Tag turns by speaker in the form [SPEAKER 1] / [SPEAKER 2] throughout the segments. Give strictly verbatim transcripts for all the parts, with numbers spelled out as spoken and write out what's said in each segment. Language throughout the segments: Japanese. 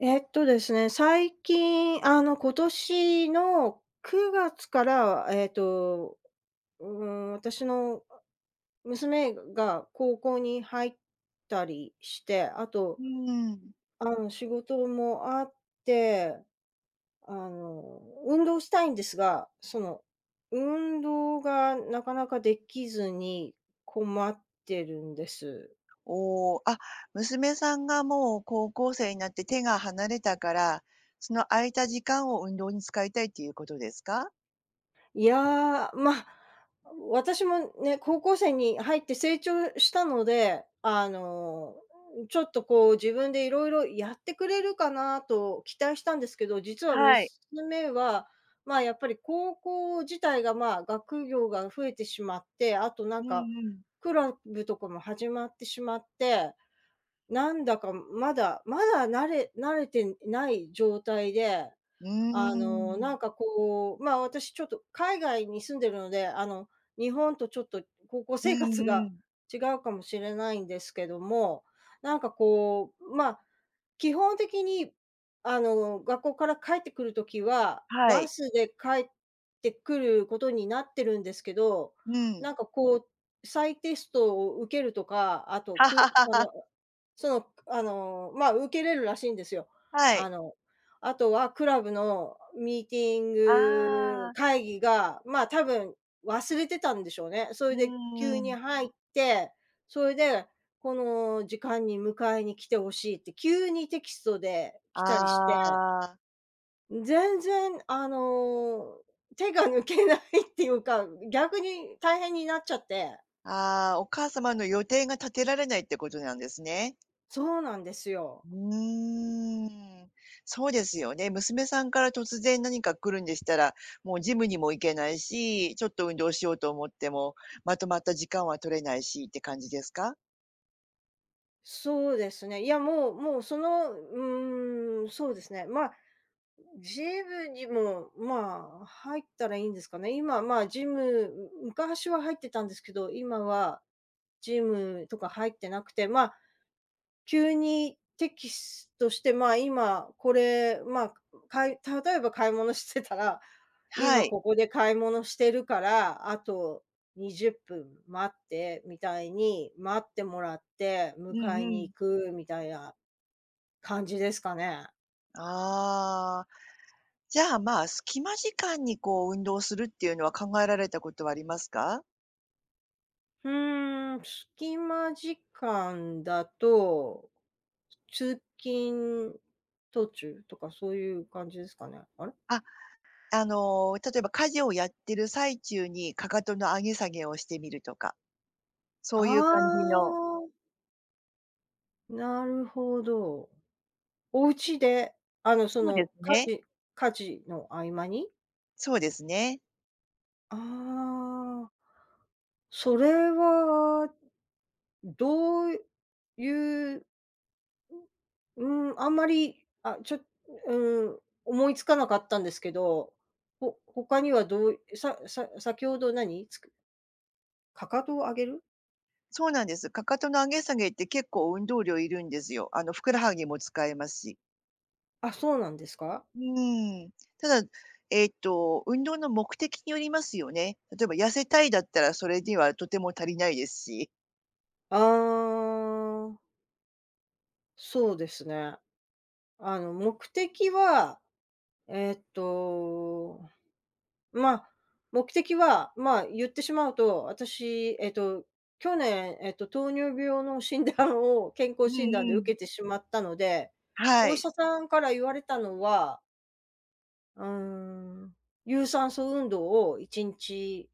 [SPEAKER 1] えっとですね、最近、あの、今年のくがつから、えっと、うーん、私の娘が高校に入ったりして、あと、
[SPEAKER 2] うーん。
[SPEAKER 1] あの、仕事もあって、あの、運動したいんですが、その、運動がなかなかできずに困ってるんです。
[SPEAKER 2] おお、あ、娘さんがもう高校生になって手が離れたから、その空いた時間を運動に使いたいっていうことですか？
[SPEAKER 1] いやー、まあ、私もね、高校生に入って成長したので、あのー、ちょっとこう自分でいろいろやってくれるかなと期待したんですけど、実は
[SPEAKER 2] はい。
[SPEAKER 1] 娘は、ま、やっぱり高校自体が、ま、学業が増えてしまって、あとな
[SPEAKER 2] う
[SPEAKER 1] ん
[SPEAKER 2] ん
[SPEAKER 1] か、
[SPEAKER 2] うん。
[SPEAKER 1] クラブとかも始まってしまって、なんだかまだまだ慣れ慣れてない状態で
[SPEAKER 2] う
[SPEAKER 1] あ
[SPEAKER 2] ー
[SPEAKER 1] の、なん
[SPEAKER 2] ん。
[SPEAKER 1] かこう、まあ、私ちょっと海外に住んでるので、あの、日本とちょっと高校
[SPEAKER 2] う
[SPEAKER 1] 生
[SPEAKER 2] ん
[SPEAKER 1] 活が
[SPEAKER 2] うん。
[SPEAKER 1] 違うかもしれないんですけども、なんかこう、まあ、基本的に、あの、学校から帰ってくる時は、
[SPEAKER 2] は
[SPEAKER 1] バ
[SPEAKER 2] い。
[SPEAKER 1] スで帰ってくることになってるんですけど、
[SPEAKER 2] うん。
[SPEAKER 1] なんかこう、再テストを受けるとか、あとくあ のその、あの、まあ、受けれるらしいんですよ。
[SPEAKER 2] は
[SPEAKER 1] あ
[SPEAKER 2] い。
[SPEAKER 1] の、あとはクラブのミーティング
[SPEAKER 2] ああ、
[SPEAKER 1] 会議が、まあ、多分忘れてたんでしょうね。そ
[SPEAKER 2] う
[SPEAKER 1] れで急
[SPEAKER 2] ー
[SPEAKER 1] に
[SPEAKER 2] ん。
[SPEAKER 1] 入って、それで、この時間に迎えに来てほしいって急にテキストで来たりして、
[SPEAKER 2] ああ、
[SPEAKER 1] 全然、あの、手が抜けないっていうか、逆に大変になっちゃって。
[SPEAKER 2] ああ、お母様の予定が立てられないってことなんですね。
[SPEAKER 1] そうなんですよ。
[SPEAKER 2] うーん。そうですよね。娘さんから突然何か来るんでしたら、もうジムにも行けないし、ちょっと運動しようと思っても、まとまった時間は取れないしって感じですか？
[SPEAKER 1] そうですね。いや、もうもう、その、うーん、そうですね。まあ、ジムにも、まあ、入ったらいいんですかね。今、まあ、ジム、昔は入ってたんですけど、今はジムとか入ってなくて、まあ、急にテキストして、まあ、今これ、まあ、かい例えば買い物してたら、
[SPEAKER 2] は
[SPEAKER 1] 今
[SPEAKER 2] い。
[SPEAKER 1] ここで買い物してるから、あとにじゅっぷん待ってみたいに、待ってもらって
[SPEAKER 2] うん
[SPEAKER 1] 迎え
[SPEAKER 2] う
[SPEAKER 1] に
[SPEAKER 2] ん。
[SPEAKER 1] 行くみたいな感じですかね。
[SPEAKER 2] ああ、じゃあ、まあ、隙間時間にこう運動するっていうのは考えられたことはありますか？
[SPEAKER 1] うーん、隙間時間だと、通勤途中とかそういう感じですかね。あれ？
[SPEAKER 2] あ、あのー、例えば家事をやってる最中にかかとの上げ下げをしてみるとか、そういう感
[SPEAKER 1] あ
[SPEAKER 2] じの
[SPEAKER 1] あ、なるほど。お家で、あの、そ
[SPEAKER 2] そうで
[SPEAKER 1] の、
[SPEAKER 2] す
[SPEAKER 1] 家
[SPEAKER 2] ね。
[SPEAKER 1] 事家事の合間に？
[SPEAKER 2] そうですね。
[SPEAKER 1] ああ、それはどういう、うん、あんまり、あ、ちょうん、思いつかなかったんですけど、ほ他にはどうささ先ほど何？つくかかとを上げる？
[SPEAKER 2] そうなんです。かかとの上げ下げって結構運動量いるんですよ。あの、ふくらはぎも使えますし。
[SPEAKER 1] あ、そうなんですか？
[SPEAKER 2] うーん。ただ、えっと、運動の目的によりますよね。例えば痩せたいだったらそれにはとても足りないですし。
[SPEAKER 1] ああ、そうですね。あの、目的は、えっとまあ、目的は、まあ、言ってしまうと、私、えっと、去年、えっと、糖尿病の診断を健
[SPEAKER 2] う
[SPEAKER 1] 康診断で
[SPEAKER 2] んう
[SPEAKER 1] 受
[SPEAKER 2] ん。
[SPEAKER 1] けてしまったので、
[SPEAKER 2] は
[SPEAKER 1] お医
[SPEAKER 2] い。
[SPEAKER 1] 者さんから言われたのは、うーん、有酸素運動をいちにち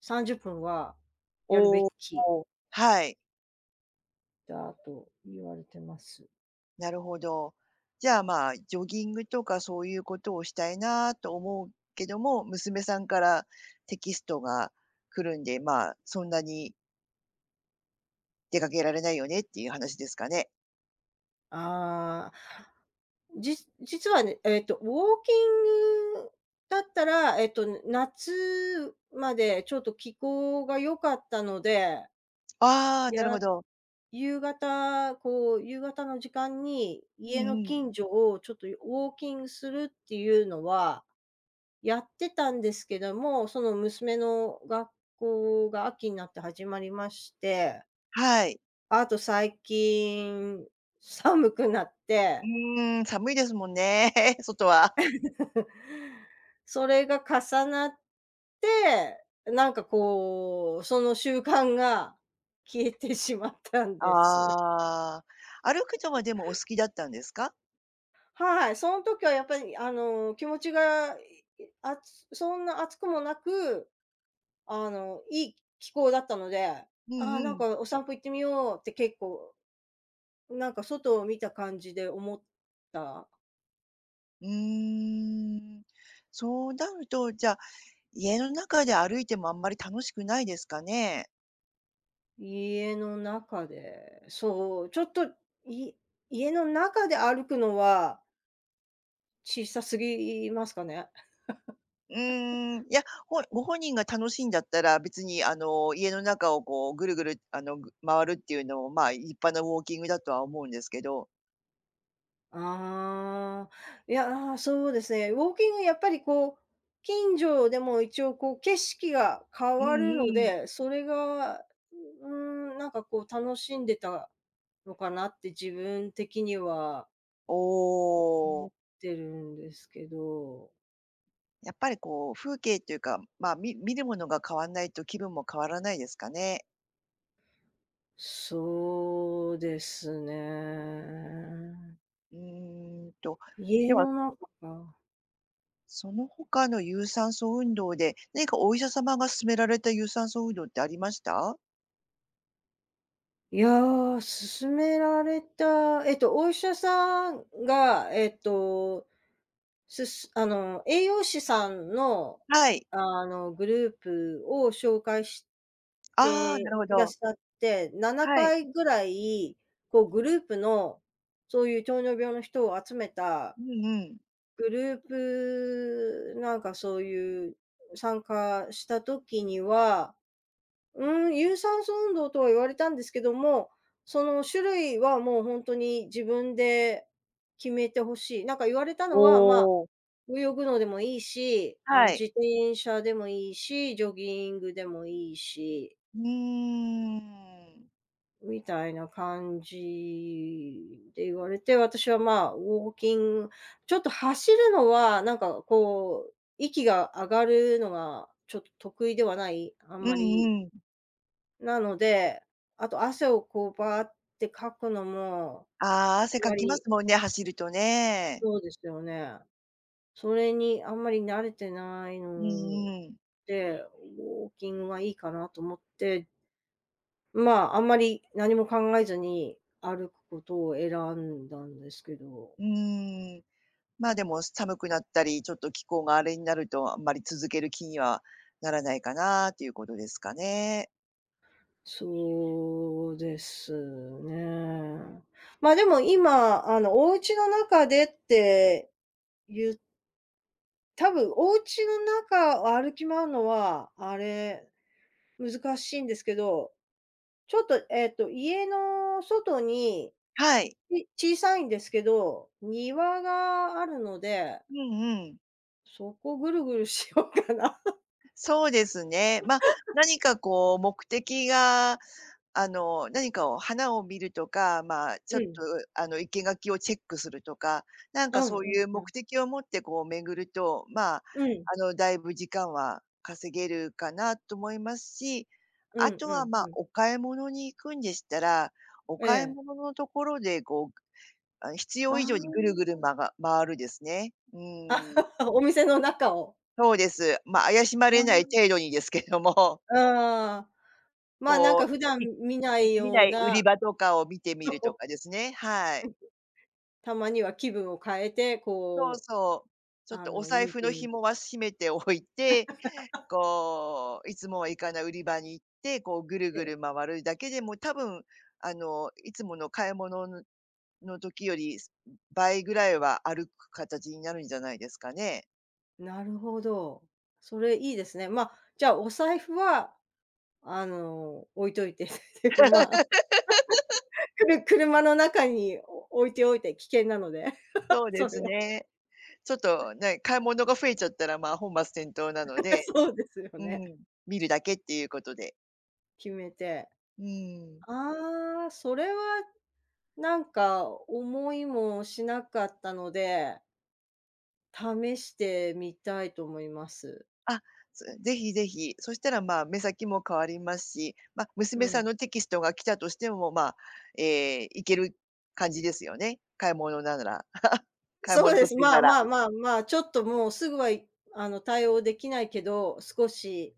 [SPEAKER 1] さんじゅっぷんはやるべ
[SPEAKER 2] お
[SPEAKER 1] き
[SPEAKER 2] お。はい。
[SPEAKER 1] だと言われてます。
[SPEAKER 2] なるほど。じゃあ、まあ、ジョギングとかそういうことをしたいなと思うけども、娘さんからテキストが来るんで、まあ、そんなに出かけられないよねっていう話ですかね？
[SPEAKER 1] ああ。じ実はね、えっと、ウォーキングだったら、えっと、夏までちょっと気候が良かったので、
[SPEAKER 2] ああ、なるほ
[SPEAKER 1] や
[SPEAKER 2] ど。
[SPEAKER 1] 夕方、こう、夕方の時間に
[SPEAKER 2] うん
[SPEAKER 1] 家の
[SPEAKER 2] うん。
[SPEAKER 1] 近所をちょっとウォーキングするっていうのはやってたんですけども、その娘の学校が秋になって始まりまして、
[SPEAKER 2] はい。
[SPEAKER 1] あと最近寒くなっ
[SPEAKER 2] う
[SPEAKER 1] て
[SPEAKER 2] ーん、寒いですもんね、外は。
[SPEAKER 1] それが重なって、なんかこう、その習慣が消えてしまったんです。
[SPEAKER 2] ああ、歩くのはでもお好きだったんですか？
[SPEAKER 1] はい、その時はやっぱりあの、気持ちが、いあつそんな熱くもなく、あの、いい気候だったので、あ
[SPEAKER 2] うん
[SPEAKER 1] あ、なん
[SPEAKER 2] うん。
[SPEAKER 1] かお散歩行ってみようって結構、なんか外を見た感じで思った。
[SPEAKER 2] うーん。そうなると、じゃあ、家の中で歩いてもあんまり楽しくないですかね？
[SPEAKER 1] 家の中で、そう、ちょっと、い家の中で歩くのは小さすぎますかね。
[SPEAKER 2] うーん、いや、ほご本人が楽しいんだったら、別にあの、家の中をこうぐるぐる、あの、ぐ回るっていうのも、まあ、立派なウォーキングだとは思うんですけど。
[SPEAKER 1] ああ、いやー、そうですね。ウォーキングやっぱりこう、近所でも一応こう景色が変
[SPEAKER 2] うん
[SPEAKER 1] わるの
[SPEAKER 2] うん。
[SPEAKER 1] で、それが、うーん、なんかこう楽しんでたのかなって自分的には
[SPEAKER 2] お
[SPEAKER 1] 思っ
[SPEAKER 2] お。
[SPEAKER 1] てるんですけど、
[SPEAKER 2] やっぱりこう、風景っていうか、まあ、見見るものが変わらないと気分も変わらないですかね。
[SPEAKER 1] そうですね。
[SPEAKER 2] うーんと、
[SPEAKER 1] 家
[SPEAKER 2] では、
[SPEAKER 1] の中か。
[SPEAKER 2] その他の有酸素運動で、何かお医者様が勧められた有酸素運動ってありました？
[SPEAKER 1] いやー、勧められた、えっと、お医者さんが、えっと、すすあの、栄養士さんの、
[SPEAKER 2] はい。
[SPEAKER 1] あの、グループを紹介し
[SPEAKER 2] ああ、な
[SPEAKER 1] て
[SPEAKER 2] るほ
[SPEAKER 1] くだ
[SPEAKER 2] ど。
[SPEAKER 1] さって、7
[SPEAKER 2] はい。
[SPEAKER 1] 回ぐらい、こう、グループの、そういう糖尿病の人を集めた
[SPEAKER 2] うんうん。
[SPEAKER 1] グループなんかそういう参加した時にはうん、有酸素運動とは言われたんですけども、その種類はもうほんとに自分で決めて欲しい。なんか言われた
[SPEAKER 2] お
[SPEAKER 1] のは、まあ、
[SPEAKER 2] お、
[SPEAKER 1] 泳ぐのでもいいし、あ
[SPEAKER 2] は
[SPEAKER 1] の、自
[SPEAKER 2] い。
[SPEAKER 1] 転車でもいいし、ジョギングでもいいし、
[SPEAKER 2] うーん。
[SPEAKER 1] みたいな感じで言われて、私は、まあ、ウォーキングちょっと走るのは、なんかこう、息が上がるのがちょっと得意ではない、あ
[SPEAKER 2] う
[SPEAKER 1] んまり
[SPEAKER 2] んうん。
[SPEAKER 1] なので、あと汗をこうバーってかくのも、
[SPEAKER 2] ああ、
[SPEAKER 1] あ
[SPEAKER 2] 汗か
[SPEAKER 1] ま
[SPEAKER 2] きま
[SPEAKER 1] り
[SPEAKER 2] すもんね、走るとね。
[SPEAKER 1] そうですよね。それにあんまり慣れてない
[SPEAKER 2] う
[SPEAKER 1] の
[SPEAKER 2] んうん。
[SPEAKER 1] で、ウォーキングはいいかなと思って、まあ、あんまり何も考えずに歩くことを選んだんですけど、
[SPEAKER 2] うーん。まあ、でも寒くなったり、ちょっと気候があれになると、あんまり続ける気にはならないかなっていうことですかね。
[SPEAKER 1] そうですね。まあ、でも今、あの、お家の中でってゆ多分お家の中を歩き回るのは、あれ難しいんですけど、ちょっと、えっと、家の外に、
[SPEAKER 2] はい。
[SPEAKER 1] ち小さいんですけど、庭があるので、
[SPEAKER 2] うんうん。
[SPEAKER 1] そこぐるぐるしようかな。
[SPEAKER 2] そうですね。ま、あ何かこう目的があの、何かを花を見るとか、まあ、ちょ
[SPEAKER 1] う
[SPEAKER 2] っと、
[SPEAKER 1] ん。
[SPEAKER 2] あの、生け垣をチェックするとか、なん
[SPEAKER 1] う
[SPEAKER 2] か
[SPEAKER 1] ん
[SPEAKER 2] そう
[SPEAKER 1] う
[SPEAKER 2] い
[SPEAKER 1] ん
[SPEAKER 2] う
[SPEAKER 1] う
[SPEAKER 2] 目
[SPEAKER 1] ん。
[SPEAKER 2] 的を持ってこう巡ると、まあ、
[SPEAKER 1] うん。
[SPEAKER 2] あの、だいぶ時間は稼げるかなと思いますし、
[SPEAKER 1] う
[SPEAKER 2] あ
[SPEAKER 1] ん
[SPEAKER 2] と
[SPEAKER 1] う
[SPEAKER 2] は、
[SPEAKER 1] ん
[SPEAKER 2] まあ、
[SPEAKER 1] うん。
[SPEAKER 2] お買い物に行くんでしたら、お
[SPEAKER 1] え
[SPEAKER 2] 買い
[SPEAKER 1] え。
[SPEAKER 2] 物のところでこう、あ、必要以上にぐる
[SPEAKER 1] あ
[SPEAKER 2] ぐるまが回るですね。う
[SPEAKER 1] あ。
[SPEAKER 2] ん、
[SPEAKER 1] お店の中を。
[SPEAKER 2] そうです。まあ、怪しまれな
[SPEAKER 1] あ
[SPEAKER 2] い程度にですけども。
[SPEAKER 1] あ。ああ。まあ、なんか
[SPEAKER 2] こ
[SPEAKER 1] 普段
[SPEAKER 2] う、い
[SPEAKER 1] 見な
[SPEAKER 2] い
[SPEAKER 1] い
[SPEAKER 2] 見
[SPEAKER 1] よ
[SPEAKER 2] な
[SPEAKER 1] う
[SPEAKER 2] い売
[SPEAKER 1] な、
[SPEAKER 2] り場とかを見てみると かですね、はい。
[SPEAKER 1] たまには気分を変えて、
[SPEAKER 2] そう
[SPEAKER 1] こ
[SPEAKER 2] そう。
[SPEAKER 1] う、
[SPEAKER 2] ちょっ
[SPEAKER 1] あ
[SPEAKER 2] とお
[SPEAKER 1] の、
[SPEAKER 2] 財
[SPEAKER 1] 見
[SPEAKER 2] 布
[SPEAKER 1] て
[SPEAKER 2] の
[SPEAKER 1] み
[SPEAKER 2] 紐
[SPEAKER 1] る。
[SPEAKER 2] は締めておいて、こう、いつもは行かない売り場に行って、こうぐる
[SPEAKER 1] え
[SPEAKER 2] ぐ
[SPEAKER 1] え。
[SPEAKER 2] る回るだけでも多分、あの、いつもの買い物のの時より、す倍ぐらいは歩く形になるんじゃないですかね。
[SPEAKER 1] なるほど。それいいですね。まあ、じゃあお財布は、あの、置いといて でまあ、くる車の中に置いておいて危険なので、
[SPEAKER 2] そう で
[SPEAKER 1] それ
[SPEAKER 2] す
[SPEAKER 1] は。
[SPEAKER 2] ね。ちょっとね、買い物が増えちゃったら、まあ、本末転倒なの で、
[SPEAKER 1] そうですよ
[SPEAKER 2] う
[SPEAKER 1] ね。
[SPEAKER 2] ん、見るだけっていうことで。
[SPEAKER 1] 決めて。
[SPEAKER 2] うん。
[SPEAKER 1] ああ、それはなんか思いもしなかったので、試してみたいと思います。
[SPEAKER 2] あ、そぜひぜひ。そしたら、まあ、目先も変わりますし、まあ、
[SPEAKER 1] う
[SPEAKER 2] 娘さ
[SPEAKER 1] ん。
[SPEAKER 2] んのテキストが来たとしても、まあ、えーいける感じですよね。買い物なら。買い
[SPEAKER 1] そう
[SPEAKER 2] 物
[SPEAKER 1] で
[SPEAKER 2] 途
[SPEAKER 1] す。
[SPEAKER 2] 中
[SPEAKER 1] ま
[SPEAKER 2] な
[SPEAKER 1] あ
[SPEAKER 2] ら。
[SPEAKER 1] まあまあまあ、ちょっともうすぐはい、あの、対応できないけど、少し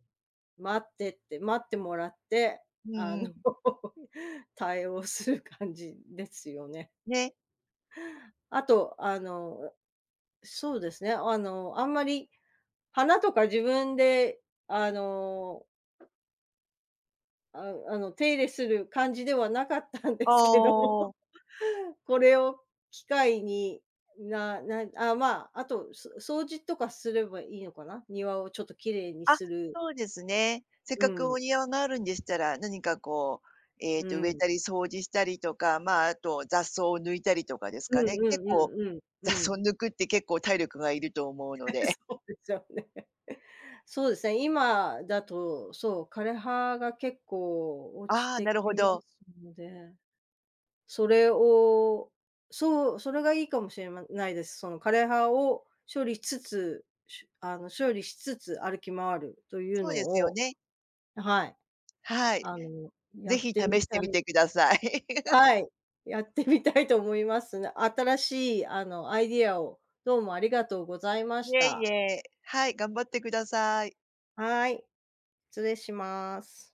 [SPEAKER 1] 待ってって、待ってもらって、
[SPEAKER 2] う
[SPEAKER 1] あ
[SPEAKER 2] んう
[SPEAKER 1] の、
[SPEAKER 2] ん。
[SPEAKER 1] 対応する感じですよね。
[SPEAKER 2] ね。
[SPEAKER 1] あと、あの、そうですね、あの、あんまり花とか自分で、あの、ああの、手入れする感じではなかったんで
[SPEAKER 2] お
[SPEAKER 1] すけど
[SPEAKER 2] お。
[SPEAKER 1] これを機会に、ななあ、まあ、あと、そ掃除とかすればいいのかな？庭をちょっときれいに
[SPEAKER 2] あ、
[SPEAKER 1] する。
[SPEAKER 2] そうですね。せっ
[SPEAKER 1] う
[SPEAKER 2] かく
[SPEAKER 1] ん、
[SPEAKER 2] お庭があるんでしたら、何かこう、え
[SPEAKER 1] う
[SPEAKER 2] えと、植え
[SPEAKER 1] ん。
[SPEAKER 2] たり掃除したりとか、まあ、あと雑草を抜いたりとかです
[SPEAKER 1] う
[SPEAKER 2] かね。
[SPEAKER 1] んう
[SPEAKER 2] 結
[SPEAKER 1] んう
[SPEAKER 2] 構、
[SPEAKER 1] んう
[SPEAKER 2] 雑
[SPEAKER 1] ん、う
[SPEAKER 2] 草
[SPEAKER 1] ん。
[SPEAKER 2] 抜くって結構体力がいると思うの で。
[SPEAKER 1] そうですよね。そうですね、今だと、そう、枯葉が結構落ち
[SPEAKER 2] ああ、
[SPEAKER 1] て
[SPEAKER 2] なる
[SPEAKER 1] き
[SPEAKER 2] ほ
[SPEAKER 1] ま
[SPEAKER 2] ど。
[SPEAKER 1] すので、それをそう、それがいいかもしれまないです。その枯葉を処理しつつ、しあの、処理しつつ歩き回るという
[SPEAKER 2] そう
[SPEAKER 1] の
[SPEAKER 2] ですよ
[SPEAKER 1] を
[SPEAKER 2] ね。
[SPEAKER 1] はい。
[SPEAKER 2] はい、
[SPEAKER 1] あの、や
[SPEAKER 2] ぜ
[SPEAKER 1] っ
[SPEAKER 2] ひ
[SPEAKER 1] てみ
[SPEAKER 2] 試し
[SPEAKER 1] た
[SPEAKER 2] てみ
[SPEAKER 1] い
[SPEAKER 2] てください。
[SPEAKER 1] はい、やってみたいと思いますね。新しいあの、アイディアをどうもありがとうございまし
[SPEAKER 2] いえい
[SPEAKER 1] た。
[SPEAKER 2] え、はい、頑張ってください。
[SPEAKER 1] はい、失礼します。